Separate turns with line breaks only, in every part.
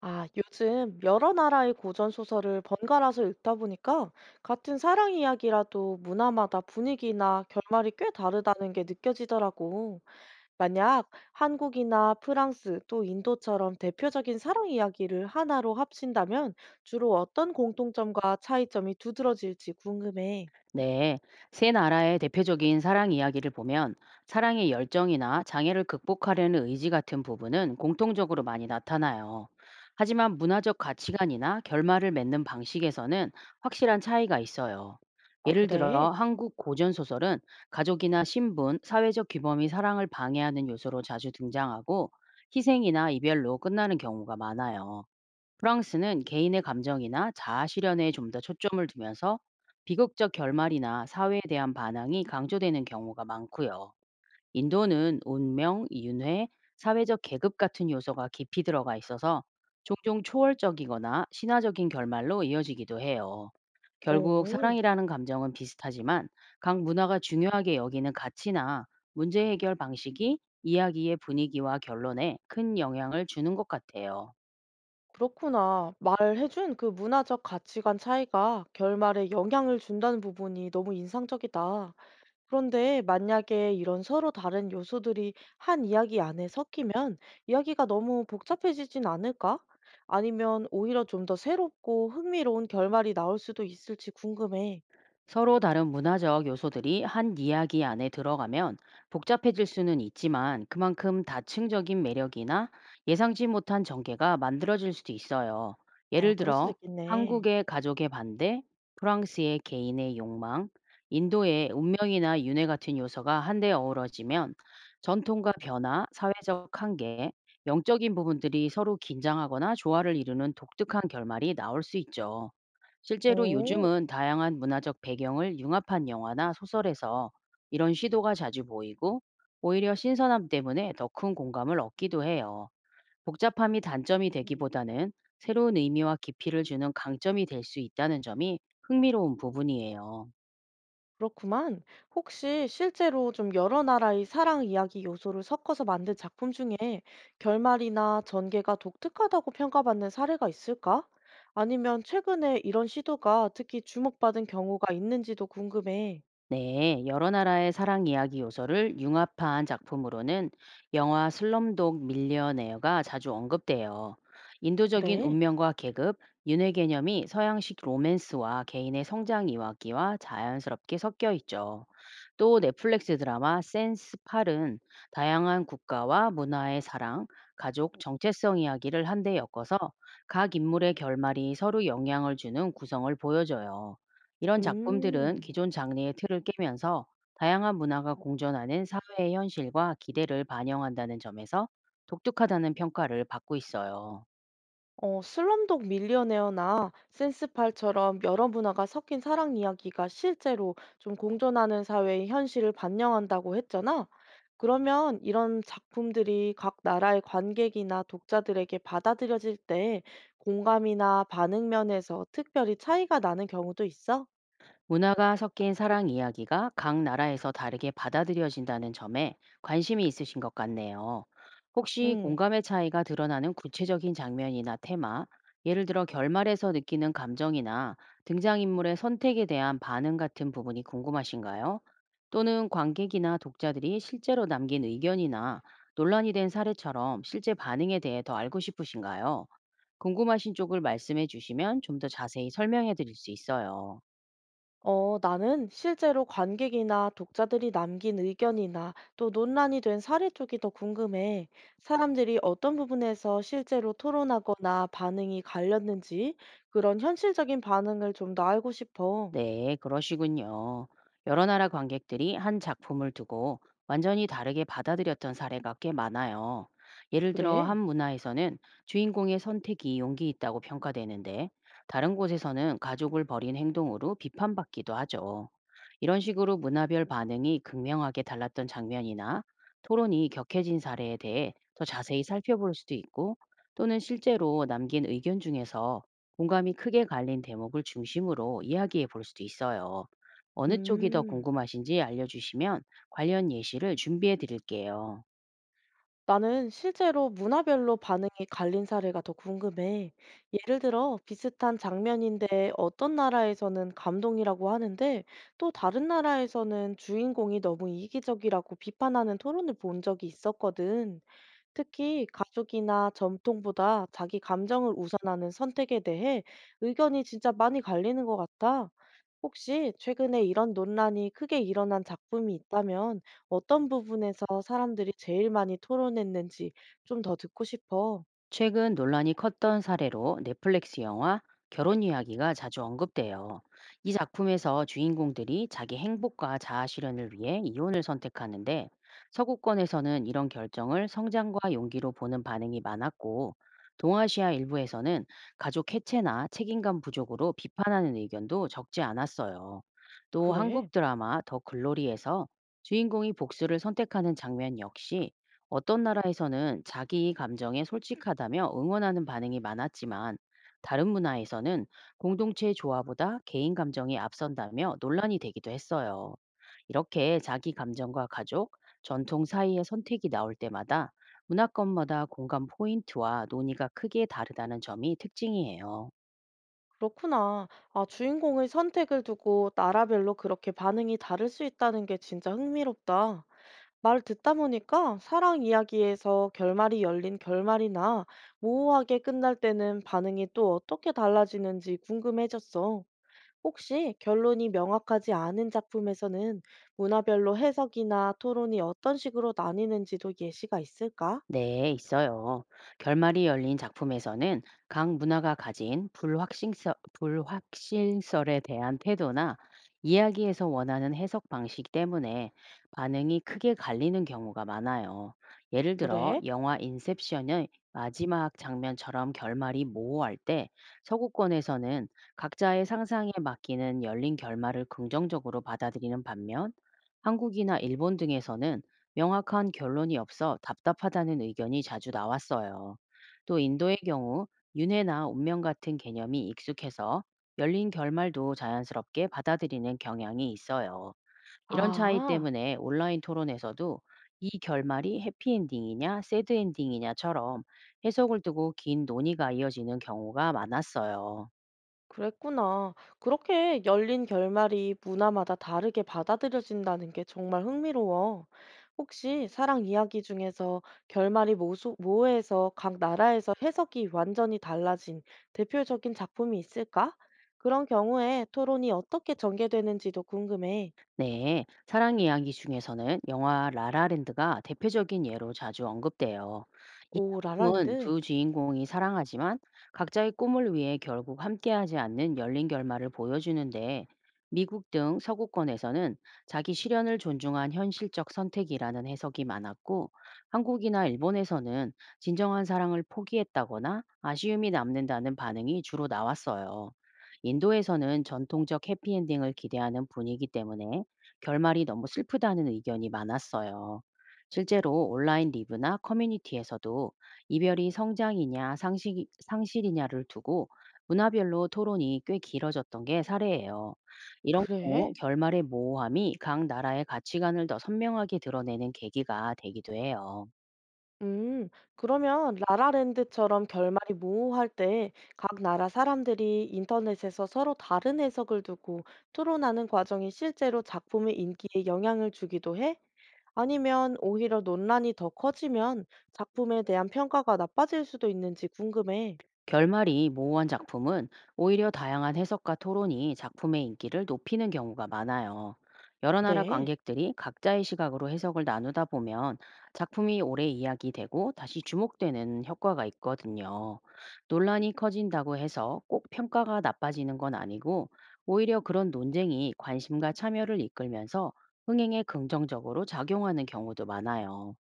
아, 요즘 여러 나라의 고전 소설을 번갈아서 읽다 보니까 같은 사랑 이야기라도 문화마다 분위기나 결말이 꽤 다르다는 게 느껴지더라고. 만약 한국이나 프랑스 또 인도처럼 대표적인 사랑 이야기를 하나로 합친다면 주로 어떤 공통점과 차이점이 두드러질지 궁금해.
네, 세 나라의 대표적인 사랑 이야기를 보면 사랑의 열정이나 장애를 극복하려는 의지 같은 부분은 공통적으로 많이 나타나요. 하지만 문화적 가치관이나 결말을 맺는 방식에서는 확실한 차이가 있어요.
아,
예를 들어
그래?
한국 고전 소설은 가족이나 신분, 사회적 규범이 사랑을 방해하는 요소로 자주 등장하고 희생이나 이별로 끝나는 경우가 많아요. 프랑스는 개인의 감정이나 자아 실현에 좀 더 초점을 두면서 비극적 결말이나 사회에 대한 반항이 강조되는 경우가 많고요. 인도는 운명, 윤회, 사회적 계급 같은 요소가 깊이 들어가 있어서 종종 초월적이거나 신화적인 결말로 이어지기도 해요. 결국
오,
사랑이라는 감정은 비슷하지만 각 문화가 중요하게 여기는 가치나 문제 해결 방식이 이야기의 분위기와 결론에 큰 영향을 주는 것 같아요.
그렇구나. 말해준 그 문화적 가치관 차이가 결말에 영향을 준다는 부분이 너무 인상적이다. 그런데 만약에 이런 서로 다른 요소들이 한 이야기 안에 섞이면 이야기가 너무 복잡해지진 않을까? 아니면 오히려 좀 더 새롭고 흥미로운 결말이 나올 수도 있을지 궁금해.
서로 다른 문화적 요소들이 한 이야기 안에 들어가면 복잡해질 수는 있지만 그만큼 다층적인 매력이나 예상치 못한 전개가 만들어질 수도 있어요.
아,
예를
그럴 수도
들어
있겠네.
한국의 가족의 반대, 프랑스의 개인의 욕망, 인도의 운명이나 윤회 같은 요소가 한데 어우러지면 전통과 변화, 사회적 한계, 영적인 부분들이 서로 긴장하거나 조화를 이루는 독특한 결말이 나올 수 있죠. 실제로
어.
요즘은 다양한 문화적 배경을 융합한 영화나 소설에서 이런 시도가 자주 보이고 오히려 신선함 때문에 더 큰 공감을 얻기도 해요. 복잡함이 단점이 되기보다는 새로운 의미와 깊이를 주는 강점이 될 수 있다는 점이 흥미로운 부분이에요.
그렇구만. 혹시 실제로 좀 여러 나라의 사랑 이야기 요소를 섞어서 만든 작품 중에 결말이나 전개가 독특하다고 평가받는 사례가 있을까? 아니면 최근에 이런 시도가 특히 주목받은 경우가 있는지도 궁금해.
네, 여러 나라의 사랑 이야기 요소를 융합한 작품으로는 영화 슬럼독 밀리어네어가 자주 언급돼요. 인도적인
그래.
운명과 계급, 윤회 개념이 서양식 로맨스와 개인의 성장 이야기와 자연스럽게 섞여 있죠. 또 넷플릭스 드라마 센스팔은 다양한 국가와 문화의 사랑, 가족, 정체성 이야기를 한데 엮어서 각 인물의 결말이 서로 영향을 주는 구성을 보여줘요. 이런 작품들은
음.
기존 장르의 틀을 깨면서 다양한 문화가 공존하는 사회의 현실과 기대를 반영한다는 점에서 독특하다는 평가를 받고 있어요.
어, 슬럼독 밀리어네어나 센스팔처럼 여러 문화가 섞인 사랑 이야기가 실제로 좀 공존하는 사회의 현실을 반영한다고 했잖아. 그러면 이런 작품들이 각 나라의 관객이나 독자들에게 받아들여질 때 공감이나 반응 면에서 특별히 차이가 나는 경우도 있어?
문화가 섞인 사랑 이야기가 각 나라에서 다르게 받아들여진다는 점에 관심이 있으신 것 같네요. 혹시
응.
공감의 차이가 드러나는 구체적인 장면이나 테마, 예를 들어 결말에서 느끼는 감정이나 등장인물의 선택에 대한 반응 같은 부분이 궁금하신가요? 또는 관객이나 독자들이 실제로 남긴 의견이나 논란이 된 사례처럼 실제 반응에 대해 더 알고 싶으신가요? 궁금하신 쪽을 말씀해 주시면 좀 더 자세히 설명해 드릴 수 있어요.
어, 나는 실제로 관객이나 독자들이 남긴 의견이나 또 논란이 된 사례 쪽이 더 궁금해. 사람들이 어떤 부분에서 실제로 토론하거나 반응이 갈렸는지 그런 현실적인 반응을 좀 더 알고 싶어.
네, 그러시군요. 여러 나라 관객들이 한 작품을 두고 완전히 다르게 받아들였던 사례가 꽤 많아요. 예를 들어
그래?
한 문화에서는 주인공의 선택이 용기 있다고 평가되는데 다른 곳에서는 가족을 버린 행동으로 비판받기도 하죠. 이런 식으로 문화별 반응이 극명하게 달랐던 장면이나 토론이 격해진 사례에 대해 더 자세히 살펴볼 수도 있고 또는 실제로 남긴 의견 중에서 공감이 크게 갈린 대목을 중심으로 이야기해 볼 수도 있어요. 어느 쪽이 더
음.
궁금하신지 알려주시면 관련 예시를 준비해 드릴게요.
나는 실제로 문화별로 반응이 갈린 사례가 더 궁금해. 예를 들어, 비슷한 장면인데 어떤 나라에서는 감동이라고 하는데 또 다른 나라에서는 주인공이 너무 이기적이라고 비판하는 토론을 본 적이 있었거든. 특히 가족이나 전통보다 자기 감정을 우선하는 선택에 대해 의견이 진짜 많이 갈리는 것 같아. 혹시 최근에 이런 논란이 크게 일어난 작품이 있다면 어떤 부분에서 사람들이 제일 많이 토론했는지 좀 더 듣고 싶어.
최근 논란이 컸던 사례로 넷플릭스 영화 결혼 이야기가 자주 언급돼요. 이 작품에서 주인공들이 자기 행복과 자아 실현을 위해 이혼을 선택하는데 서구권에서는 이런 결정을 성장과 용기로 보는 반응이 많았고 동아시아 일부에서는 가족 해체나 책임감 부족으로 비판하는 의견도 적지 않았어요. 또
그래,
한국 드라마 더 글로리에서 주인공이 복수를 선택하는 장면 역시 어떤 나라에서는 자기 감정에 솔직하다며 응원하는 반응이 많았지만 다른 문화에서는 공동체 조화보다 개인 감정이 앞선다며 논란이 되기도 했어요. 이렇게 자기 감정과 가족, 전통 사이의 선택이 나올 때마다 문화권마다 공감 포인트와 논의가 크게 다르다는 점이 특징이에요.
그렇구나. 아, 주인공의 선택을 두고 나라별로 그렇게 반응이 다를 수 있다는 게 진짜 흥미롭다. 말 듣다 보니까 사랑 이야기에서 결말이 열린 결말이나 모호하게 끝날 때는 반응이 또 어떻게 달라지는지 궁금해졌어. 혹시 결론이 명확하지 않은 작품에서는 문화별로 해석이나 토론이 어떤 식으로 나뉘는지도 예시가 있을까?
네, 있어요. 결말이 열린 작품에서는 각 문화가 가진 불확실성, 불확실성에 대한 태도나 이야기에서 원하는 해석 방식 때문에 반응이 크게 갈리는 경우가 많아요. 예를 들어,
그래?
영화 인셉션의 마지막 장면처럼 결말이 모호할 때 서구권에서는 각자의 상상에 맡기는 열린 결말을 긍정적으로 받아들이는 반면 한국이나 일본 등에서는 명확한 결론이 없어 답답하다는 의견이 자주 나왔어요. 또 인도의 경우 윤회나 운명 같은 개념이 익숙해서 열린 결말도 자연스럽게 받아들이는 경향이 있어요. 이런 차이
아,
때문에 온라인 토론에서도 이 결말이 해피엔딩이냐 새드엔딩이냐처럼 해석을 두고 긴 논의가 이어지는 경우가 많았어요.
그랬구나. 그렇게 열린 결말이 문화마다 다르게 받아들여진다는 게 정말 흥미로워. 혹시 사랑 이야기 중에서 결말이 모호해서 각 나라에서 해석이 완전히 달라진 대표적인 작품이 있을까? 그런 경우에 토론이 어떻게 전개되는지도 궁금해.
네, 사랑 이야기 중에서는 영화 라라랜드가 대표적인 예로 자주 언급돼요. 이
오,
작품은
라라랜드.
두 주인공이 사랑하지만 각자의 꿈을 위해 결국 함께하지 않는 열린 결말을 보여주는데 미국 등 서구권에서는 자기 실현을 존중한 현실적 선택이라는 해석이 많았고 한국이나 일본에서는 진정한 사랑을 포기했다거나 아쉬움이 남는다는 반응이 주로 나왔어요. 인도에서는 전통적 해피엔딩을 기대하는 분위기 때문에 결말이 너무 슬프다는 의견이 많았어요. 실제로 온라인 리뷰나 커뮤니티에서도 이별이 성장이냐 상식, 상실이냐를 두고 문화별로 토론이 꽤 길어졌던 게 사례예요. 이런 경우
그래?
결말의 모호함이 각 나라의 가치관을 더 선명하게 드러내는 계기가 되기도 해요.
음, 그러면 라라랜드처럼 결말이 모호할 때 각 나라 사람들이 인터넷에서 서로 다른 해석을 두고 토론하는 과정이 실제로 작품의 인기에 영향을 주기도 해? 아니면 오히려 논란이 더 커지면 작품에 대한 평가가 나빠질 수도 있는지 궁금해.
결말이 모호한 작품은 오히려 다양한 해석과 토론이 작품의 인기를 높이는 경우가 많아요. 여러 나라
그래?
관객들이 각자의 시각으로 해석을 나누다 보면 작품이 오래 이야기되고 다시 주목되는 효과가 있거든요. 논란이 커진다고 해서 꼭 평가가 나빠지는 건 아니고 오히려 그런 논쟁이 관심과 참여를 이끌면서 흥행에 긍정적으로 작용하는 경우도 많아요.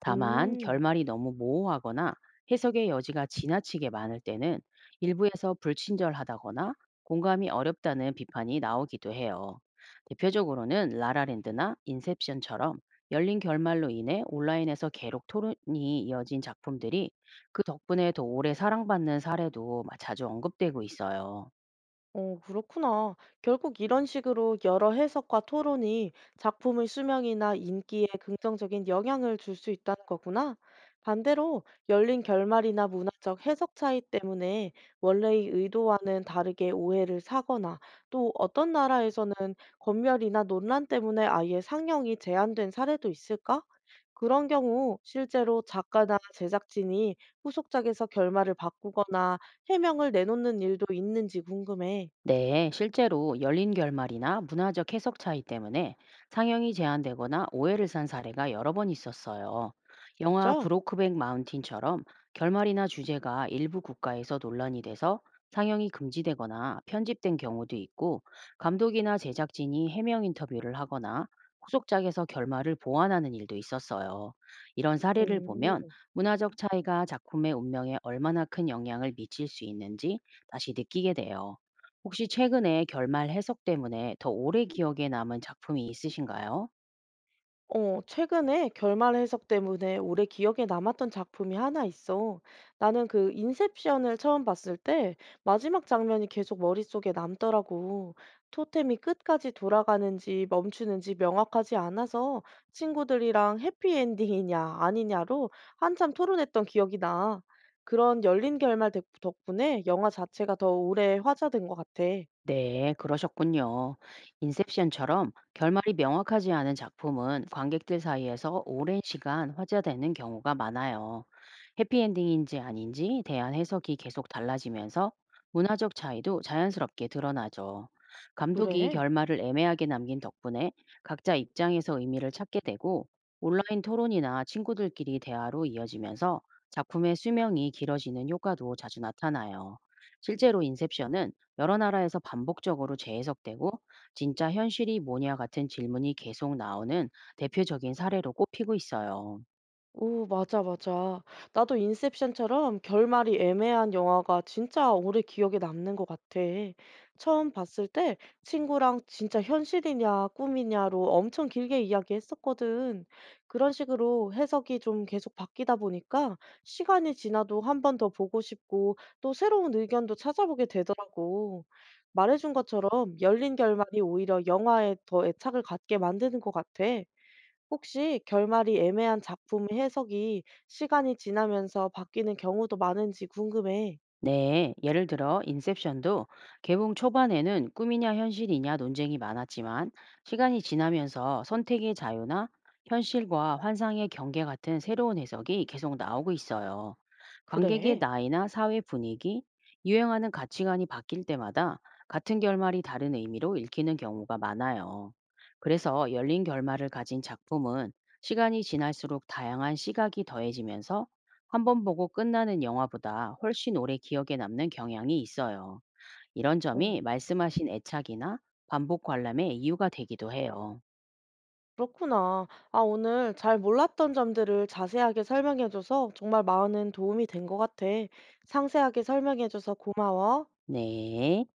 다만
음.
결말이 너무 모호하거나 해석의 여지가 지나치게 많을 때는 일부에서 불친절하다거나 공감이 어렵다는 비판이 나오기도 해요. 대표적으로는 라라랜드나 인셉션처럼 열린 결말로 인해 온라인에서 계속 토론이 이어진 작품들이 그 덕분에 더 오래 사랑받는 사례도 자주 언급되고 있어요.
어, 그렇구나. 결국 이런 식으로 여러 해석과 토론이 작품의 수명이나 인기에 긍정적인 영향을 줄 수 있다는 거구나. 반대로 열린 결말이나 문화적 해석 차이 때문에 원래의 의도와는 다르게 오해를 사거나 또 어떤 나라에서는 검열이나 논란 때문에 아예 상영이 제한된 사례도 있을까? 그런 경우 실제로 작가나 제작진이 후속작에서 결말을 바꾸거나 해명을 내놓는 일도 있는지 궁금해.
네, 실제로 열린 결말이나 문화적 해석 차이 때문에 상영이 제한되거나 오해를 산 사례가 여러 번 있었어요. 영화
진짜?
브로크백 마운틴처럼 결말이나 주제가 일부 국가에서 논란이 돼서 상영이 금지되거나 편집된 경우도 있고, 감독이나 제작진이 해명 인터뷰를 하거나 후속작에서 결말을 보완하는 일도 있었어요. 이런 사례를 보면
오,
문화적 차이가 작품의 운명에 얼마나 큰 영향을 미칠 수 있는지 다시 느끼게 돼요. 혹시 최근에 결말 해석 때문에 더 오래 기억에 남은 작품이 있으신가요?
어, 최근에 결말 해석 때문에 오래 기억에 남았던 작품이 하나 있어. 나는 그 인셉션을 처음 봤을 때 마지막 장면이 계속 머릿속에 남더라고. 토템이 끝까지 돌아가는지 멈추는지 명확하지 않아서 친구들이랑 해피엔딩이냐 아니냐로 한참 토론했던 기억이 나. 그런 열린 결말 덕분에 영화 자체가 더 오래 화제된 것 같아.
네, 그러셨군요. 인셉션처럼 결말이 명확하지 않은 작품은 관객들 사이에서 오랜 시간 화제되는 경우가 많아요. 해피엔딩인지 아닌지 대한 해석이 계속 달라지면서 문화적 차이도 자연스럽게 드러나죠. 감독이
그래.
결말을 애매하게 남긴 덕분에 각자 입장에서 의미를 찾게 되고 온라인 토론이나 친구들끼리 대화로 이어지면서 작품의 수명이 길어지는 효과도 자주 나타나요. 실제로 인셉션은 여러 나라에서 반복적으로 재해석되고 진짜 현실이 뭐냐 같은 질문이 계속 나오는 대표적인 사례로 꼽히고 있어요.
오, 맞아, 맞아. 나도 인셉션처럼 결말이 애매한 영화가 진짜 오래 기억에 남는 것 같아. 처음 봤을 때 친구랑 진짜 현실이냐 꿈이냐로 엄청 길게 이야기했었거든. 그런 식으로 해석이 좀 계속 바뀌다 보니까 시간이 지나도 한 번 더 보고 싶고 또 새로운 의견도 찾아보게 되더라고. 말해준 것처럼 열린 결말이 오히려 영화에 더 애착을 갖게 만드는 것 같아. 혹시 결말이 애매한 작품의 해석이 시간이 지나면서 바뀌는 경우도 많은지 궁금해.
네, 예를 들어 인셉션도 개봉 초반에는 꿈이냐 현실이냐 논쟁이 많았지만 시간이 지나면서 선택의 자유나 현실과 환상의 경계 같은 새로운 해석이 계속 나오고 있어요. 관객의
그래.
나이나 사회 분위기, 유행하는 가치관이 바뀔 때마다 같은 결말이 다른 의미로 읽히는 경우가 많아요. 그래서 열린 결말을 가진 작품은 시간이 지날수록 다양한 시각이 더해지면서 한 번 보고 끝나는 영화보다 훨씬 오래 기억에 남는 경향이 있어요. 이런
어,
점이 말씀하신 애착이나 반복 관람의 이유가 되기도 해요.
그렇구나. 아, 오늘 잘 몰랐던 점들을 자세하게 설명해줘서 정말 많은 도움이 된 것 같아. 상세하게 설명해줘서 고마워.
네.